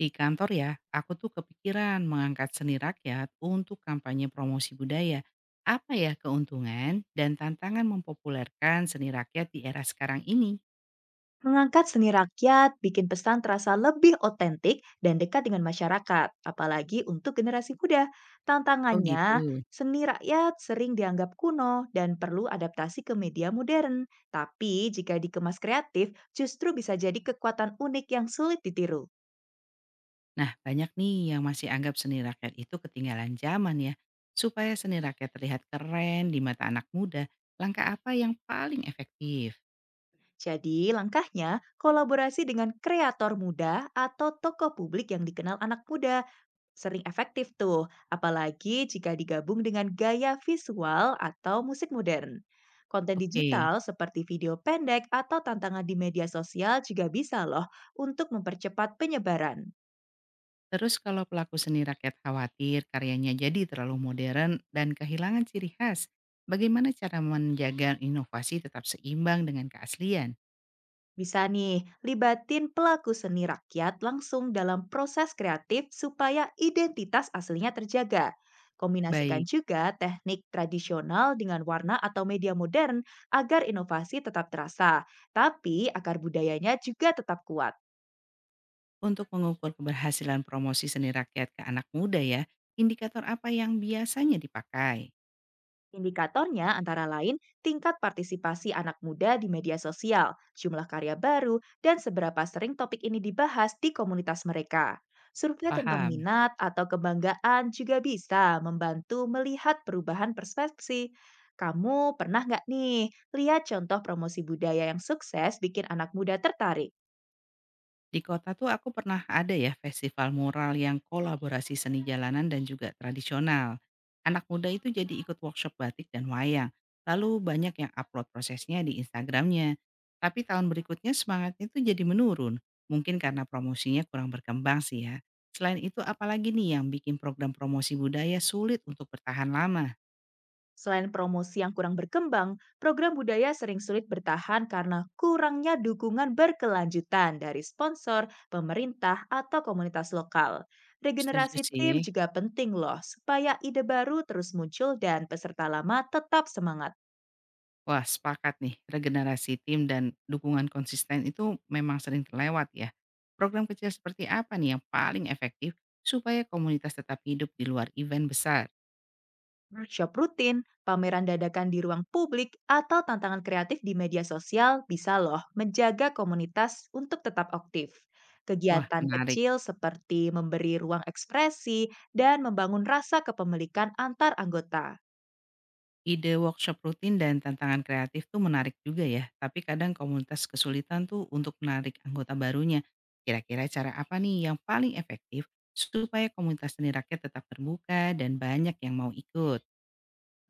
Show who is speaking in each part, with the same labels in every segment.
Speaker 1: Di kantor ya, aku tuh kepikiran mengangkat seni rakyat untuk kampanye promosi budaya. Apa ya keuntungan dan tantangan mempopulerkan seni rakyat di era sekarang ini?
Speaker 2: Mengangkat seni rakyat bikin pesan terasa lebih otentik dan dekat dengan masyarakat, apalagi untuk generasi muda.
Speaker 1: Oh
Speaker 2: Tantangannya,
Speaker 1: gitu.
Speaker 2: seni rakyat sering dianggap kuno dan perlu adaptasi ke media modern. Tapi jika dikemas kreatif, justru bisa jadi kekuatan unik yang sulit ditiru.
Speaker 1: Nah, banyak nih yang masih anggap seni rakyat itu ketinggalan zaman ya. Supaya seni rakyat terlihat keren di mata anak muda, langkah apa yang paling efektif?
Speaker 2: Jadi, langkahnya kolaborasi dengan kreator muda atau tokoh publik yang dikenal anak muda sering efektif tuh, apalagi jika digabung dengan gaya visual atau musik modern. Konten
Speaker 1: Oke.
Speaker 2: digital seperti video pendek atau tantangan di media sosial juga bisa loh untuk mempercepat penyebaran.
Speaker 1: Terus kalau pelaku seni rakyat khawatir karyanya jadi terlalu modern dan kehilangan ciri khas, bagaimana cara menjaga inovasi tetap seimbang dengan keaslian?
Speaker 2: Bisa nih, libatin pelaku seni rakyat langsung dalam proses kreatif supaya identitas aslinya terjaga. Kombinasikan
Speaker 1: Baik,
Speaker 2: juga teknik tradisional dengan warna atau media modern agar inovasi tetap terasa, tapi akar budayanya juga tetap kuat.
Speaker 1: untuk mengukur keberhasilan promosi seni rakyat ke anak muda ya, indikator apa yang biasanya dipakai?
Speaker 2: Indikatornya antara lain tingkat partisipasi anak muda di media sosial, jumlah karya baru, dan seberapa sering topik ini dibahas di komunitas mereka. Survei tentang
Speaker 1: Paham?
Speaker 2: minat atau kebanggaan juga bisa membantu melihat perubahan persepsi. Kamu pernah nggak nih lihat contoh promosi budaya yang sukses bikin anak muda tertarik?
Speaker 1: Di kota tuh aku pernah ada ya festival mural yang kolaborasi seni jalanan dan juga tradisional. Anak muda itu jadi ikut workshop batik dan wayang. Lalu banyak yang upload prosesnya di Instagramnya. Tapi tahun berikutnya semangatnya itu jadi menurun. Mungkin karena promosinya kurang berkembang sih ya. Selain itu apalagi nih yang bikin program promosi budaya sulit untuk bertahan lama?
Speaker 2: Selain promosi yang kurang berkembang, program budaya sering sulit bertahan karena kurangnya dukungan berkelanjutan dari sponsor, pemerintah, atau komunitas lokal.
Speaker 1: Setuju
Speaker 2: Regenerasi tim
Speaker 1: sih.
Speaker 2: juga penting loh, supaya ide baru terus muncul dan peserta lama tetap semangat.
Speaker 1: Wah, sepakat nih, regenerasi tim dan dukungan konsisten itu memang sering terlewat ya. Program kecil seperti apa nih yang paling efektif supaya komunitas tetap hidup di luar event besar?
Speaker 2: Workshop rutin, pameran dadakan di ruang publik, atau tantangan kreatif di media sosial bisa loh menjaga komunitas untuk tetap aktif.
Speaker 1: Wah,
Speaker 2: Kegiatan
Speaker 1: menarik.
Speaker 2: kecil seperti memberi ruang ekspresi dan membangun rasa kepemilikan antar anggota.
Speaker 1: Ide workshop rutin dan tantangan kreatif tuh menarik juga ya, tapi kadang komunitas kesulitan tuh untuk menarik anggota barunya. Kira-kira cara apa nih yang paling efektif supaya komunitas seni rakyat tetap terbuka dan banyak yang mau ikut?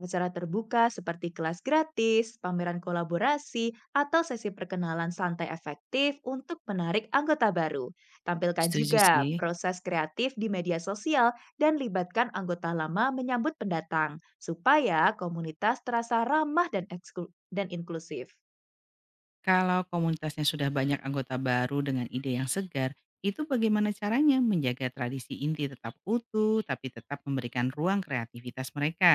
Speaker 2: Acara terbuka seperti kelas gratis, pameran kolaborasi, atau sesi perkenalan santai efektif untuk menarik anggota baru. Tampilkan
Speaker 1: Setuju
Speaker 2: juga
Speaker 1: sih.
Speaker 2: proses kreatif di media sosial dan libatkan anggota lama menyambut pendatang, supaya komunitas terasa ramah dan, dan inklusif.
Speaker 1: Kalau komunitasnya sudah banyak anggota baru dengan ide yang segar, itu bagaimana caranya menjaga tradisi inti tetap utuh tapi tetap memberikan ruang kreativitas mereka?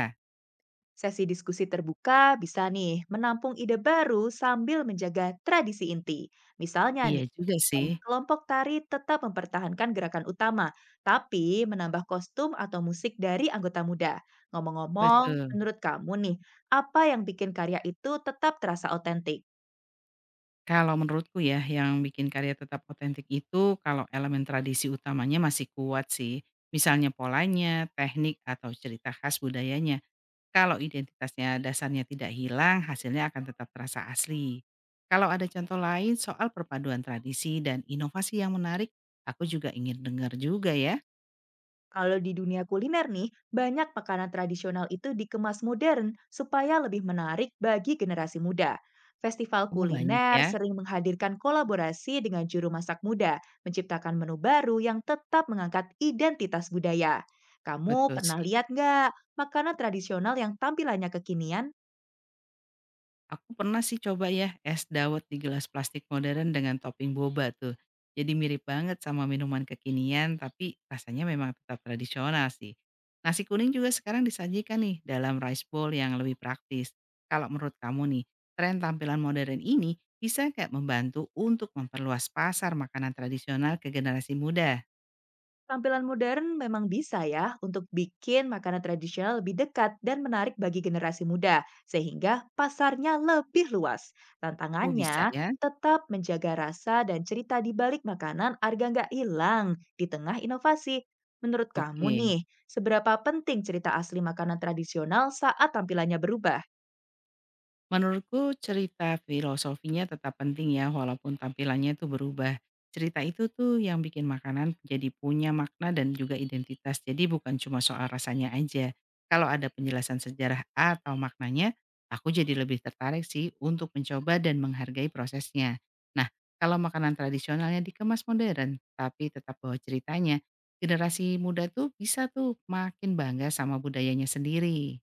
Speaker 2: Sesi diskusi terbuka bisa nih menampung ide baru sambil menjaga tradisi inti. Misalnya
Speaker 1: Iya
Speaker 2: nih,
Speaker 1: juga
Speaker 2: dan
Speaker 1: sih,
Speaker 2: kelompok tari tetap mempertahankan gerakan utama, tapi menambah kostum atau musik dari anggota muda. Ngomong-ngomong,
Speaker 1: betul.
Speaker 2: menurut kamu nih, apa yang bikin karya itu tetap terasa otentik?
Speaker 1: Kalau menurutku ya, yang bikin karya tetap otentik itu kalau elemen tradisi utamanya masih kuat sih. Misalnya polanya, teknik, atau cerita khas budayanya. Kalau identitasnya dasarnya tidak hilang, hasilnya akan tetap terasa asli. Kalau ada contoh lain soal perpaduan tradisi dan inovasi yang menarik, aku juga ingin dengar juga ya.
Speaker 2: Kalau di dunia kuliner nih, banyak makanan tradisional itu dikemas modern supaya lebih menarik bagi generasi muda. Festival
Speaker 1: Kamu banyak
Speaker 2: kuliner
Speaker 1: ya.
Speaker 2: sering menghadirkan kolaborasi dengan juru masak muda, menciptakan menu baru yang tetap mengangkat identitas budaya. Kamu
Speaker 1: Betul
Speaker 2: pernah
Speaker 1: sih.
Speaker 2: lihat nggak makanan tradisional yang tampilannya kekinian?
Speaker 1: Aku pernah sih coba ya, es dawet di gelas plastik modern dengan topping boba tuh. Jadi mirip banget sama minuman kekinian, tapi rasanya memang tetap tradisional sih. Nasi kuning juga sekarang disajikan nih dalam rice bowl yang lebih praktis. Kalau menurut kamu nih, tren tampilan modern ini bisa nggak membantu untuk memperluas pasar makanan tradisional ke generasi muda?
Speaker 2: Tampilan modern memang bisa ya untuk bikin makanan tradisional lebih dekat dan menarik bagi generasi muda, sehingga pasarnya lebih luas.
Speaker 1: Oh bisa
Speaker 2: Tantangannya
Speaker 1: ya?
Speaker 2: tetap menjaga rasa dan cerita di balik makanan agar nggak hilang di tengah inovasi. Menurut kamu
Speaker 1: Oke.
Speaker 2: nih, seberapa penting cerita asli makanan tradisional saat tampilannya berubah?
Speaker 1: Menurutku cerita filosofinya tetap penting ya walaupun tampilannya itu berubah. Cerita itu tuh yang bikin makanan jadi punya makna dan juga identitas. Jadi bukan cuma soal rasanya aja. Kalau ada penjelasan sejarah atau maknanya, aku jadi lebih tertarik sih untuk mencoba dan menghargai prosesnya. Nah, kalau makanan tradisionalnya dikemas modern, tapi tetap bawa ceritanya, generasi muda tuh bisa tuh makin bangga sama budayanya sendiri.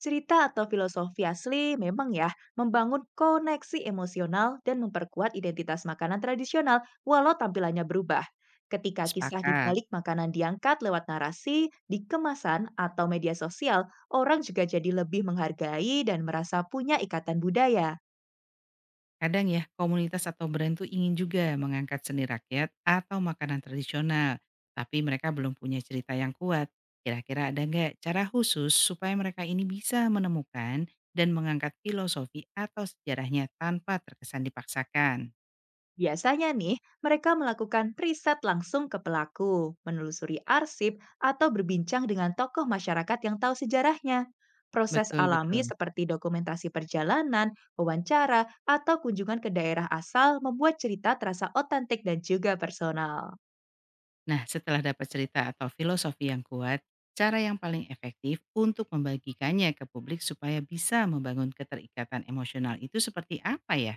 Speaker 2: Cerita atau filosofi asli memang ya membangun koneksi emosional dan memperkuat identitas makanan tradisional walau tampilannya berubah. Ketika kisah di
Speaker 1: Sepakat.
Speaker 2: balik makanan diangkat lewat narasi, di kemasan, atau media sosial, orang juga jadi lebih menghargai dan merasa punya ikatan budaya.
Speaker 1: Kadang ya, komunitas atau brand tuh ingin juga mengangkat seni rakyat atau makanan tradisional, tapi mereka belum punya cerita yang kuat. Kira-kira ada nggak cara khusus supaya mereka ini bisa menemukan dan mengangkat filosofi atau sejarahnya tanpa terkesan dipaksakan?
Speaker 2: Biasanya nih, mereka melakukan riset langsung ke pelaku, menelusuri arsip, atau berbincang dengan tokoh masyarakat yang tahu sejarahnya. Proses alami
Speaker 1: Betul-betul.
Speaker 2: seperti dokumentasi perjalanan, wawancara, atau kunjungan ke daerah asal membuat cerita terasa otentik dan juga personal.
Speaker 1: Nah, setelah dapat cerita atau filosofi yang kuat, cara yang paling efektif untuk membagikannya ke publik supaya bisa membangun keterikatan emosional itu seperti apa ya?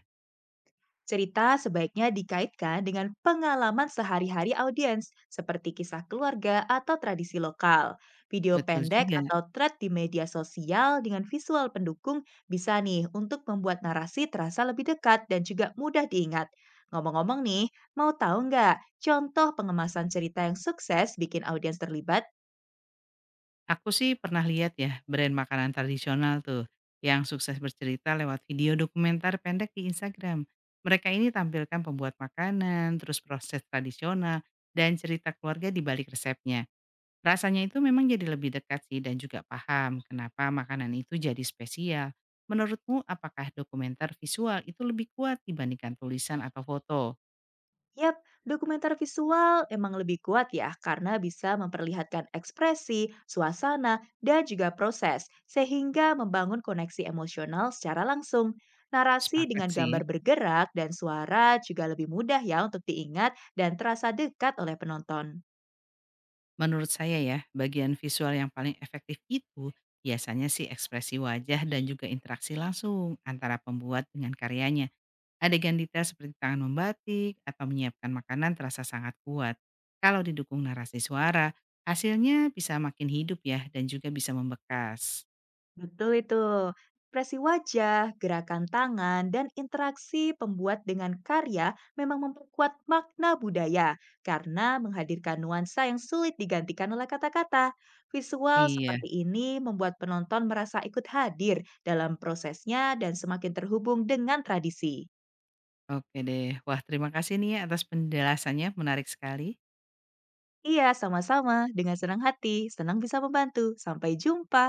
Speaker 2: Cerita sebaiknya dikaitkan dengan pengalaman sehari-hari audiens, seperti kisah keluarga atau tradisi lokal. Video
Speaker 1: Betul
Speaker 2: pendek
Speaker 1: juga.
Speaker 2: atau thread di media sosial dengan visual pendukung bisa nih untuk membuat narasi terasa lebih dekat dan juga mudah diingat. Ngomong-ngomong nih, mau tahu nggak contoh pengemasan cerita yang sukses bikin audiens terlibat?
Speaker 1: Aku sih pernah lihat ya brand makanan tradisional tuh yang sukses bercerita lewat video dokumenter pendek di Instagram. Mereka ini tampilkan pembuat makanan, terus proses tradisional, dan cerita keluarga di balik resepnya. Rasanya itu memang jadi lebih dekat sih dan juga paham kenapa makanan itu jadi spesial. Menurutmu apakah dokumenter visual itu lebih kuat dibandingkan tulisan atau foto?
Speaker 2: Yap, dokumenter visual emang lebih kuat ya karena bisa memperlihatkan ekspresi, suasana, dan juga proses sehingga membangun koneksi emosional secara langsung. Narasi
Speaker 1: Sepakat
Speaker 2: dengan
Speaker 1: sih.
Speaker 2: gambar bergerak dan suara juga lebih mudah ya untuk diingat dan terasa dekat oleh penonton.
Speaker 1: Menurut saya ya, bagian visual yang paling efektif itu biasanya sih ekspresi wajah dan juga interaksi langsung antara pembuat dengan karyanya. Adegan detail seperti tangan membatik atau menyiapkan makanan terasa sangat kuat. Kalau didukung narasi suara, hasilnya bisa makin hidup ya dan juga bisa membekas.
Speaker 2: Betul itu. Ekspresi wajah, gerakan tangan, dan interaksi pembuat dengan karya memang memperkuat makna budaya karena menghadirkan nuansa yang sulit digantikan oleh kata-kata. Visual
Speaker 1: Iya,
Speaker 2: seperti ini membuat penonton merasa ikut hadir dalam prosesnya dan semakin terhubung dengan tradisi.
Speaker 1: oke deh. Wah terima kasih nih ya atas penjelasannya, menarik sekali.
Speaker 2: Iya, sama-sama. Dengan senang hati, senang bisa membantu. Sampai jumpa.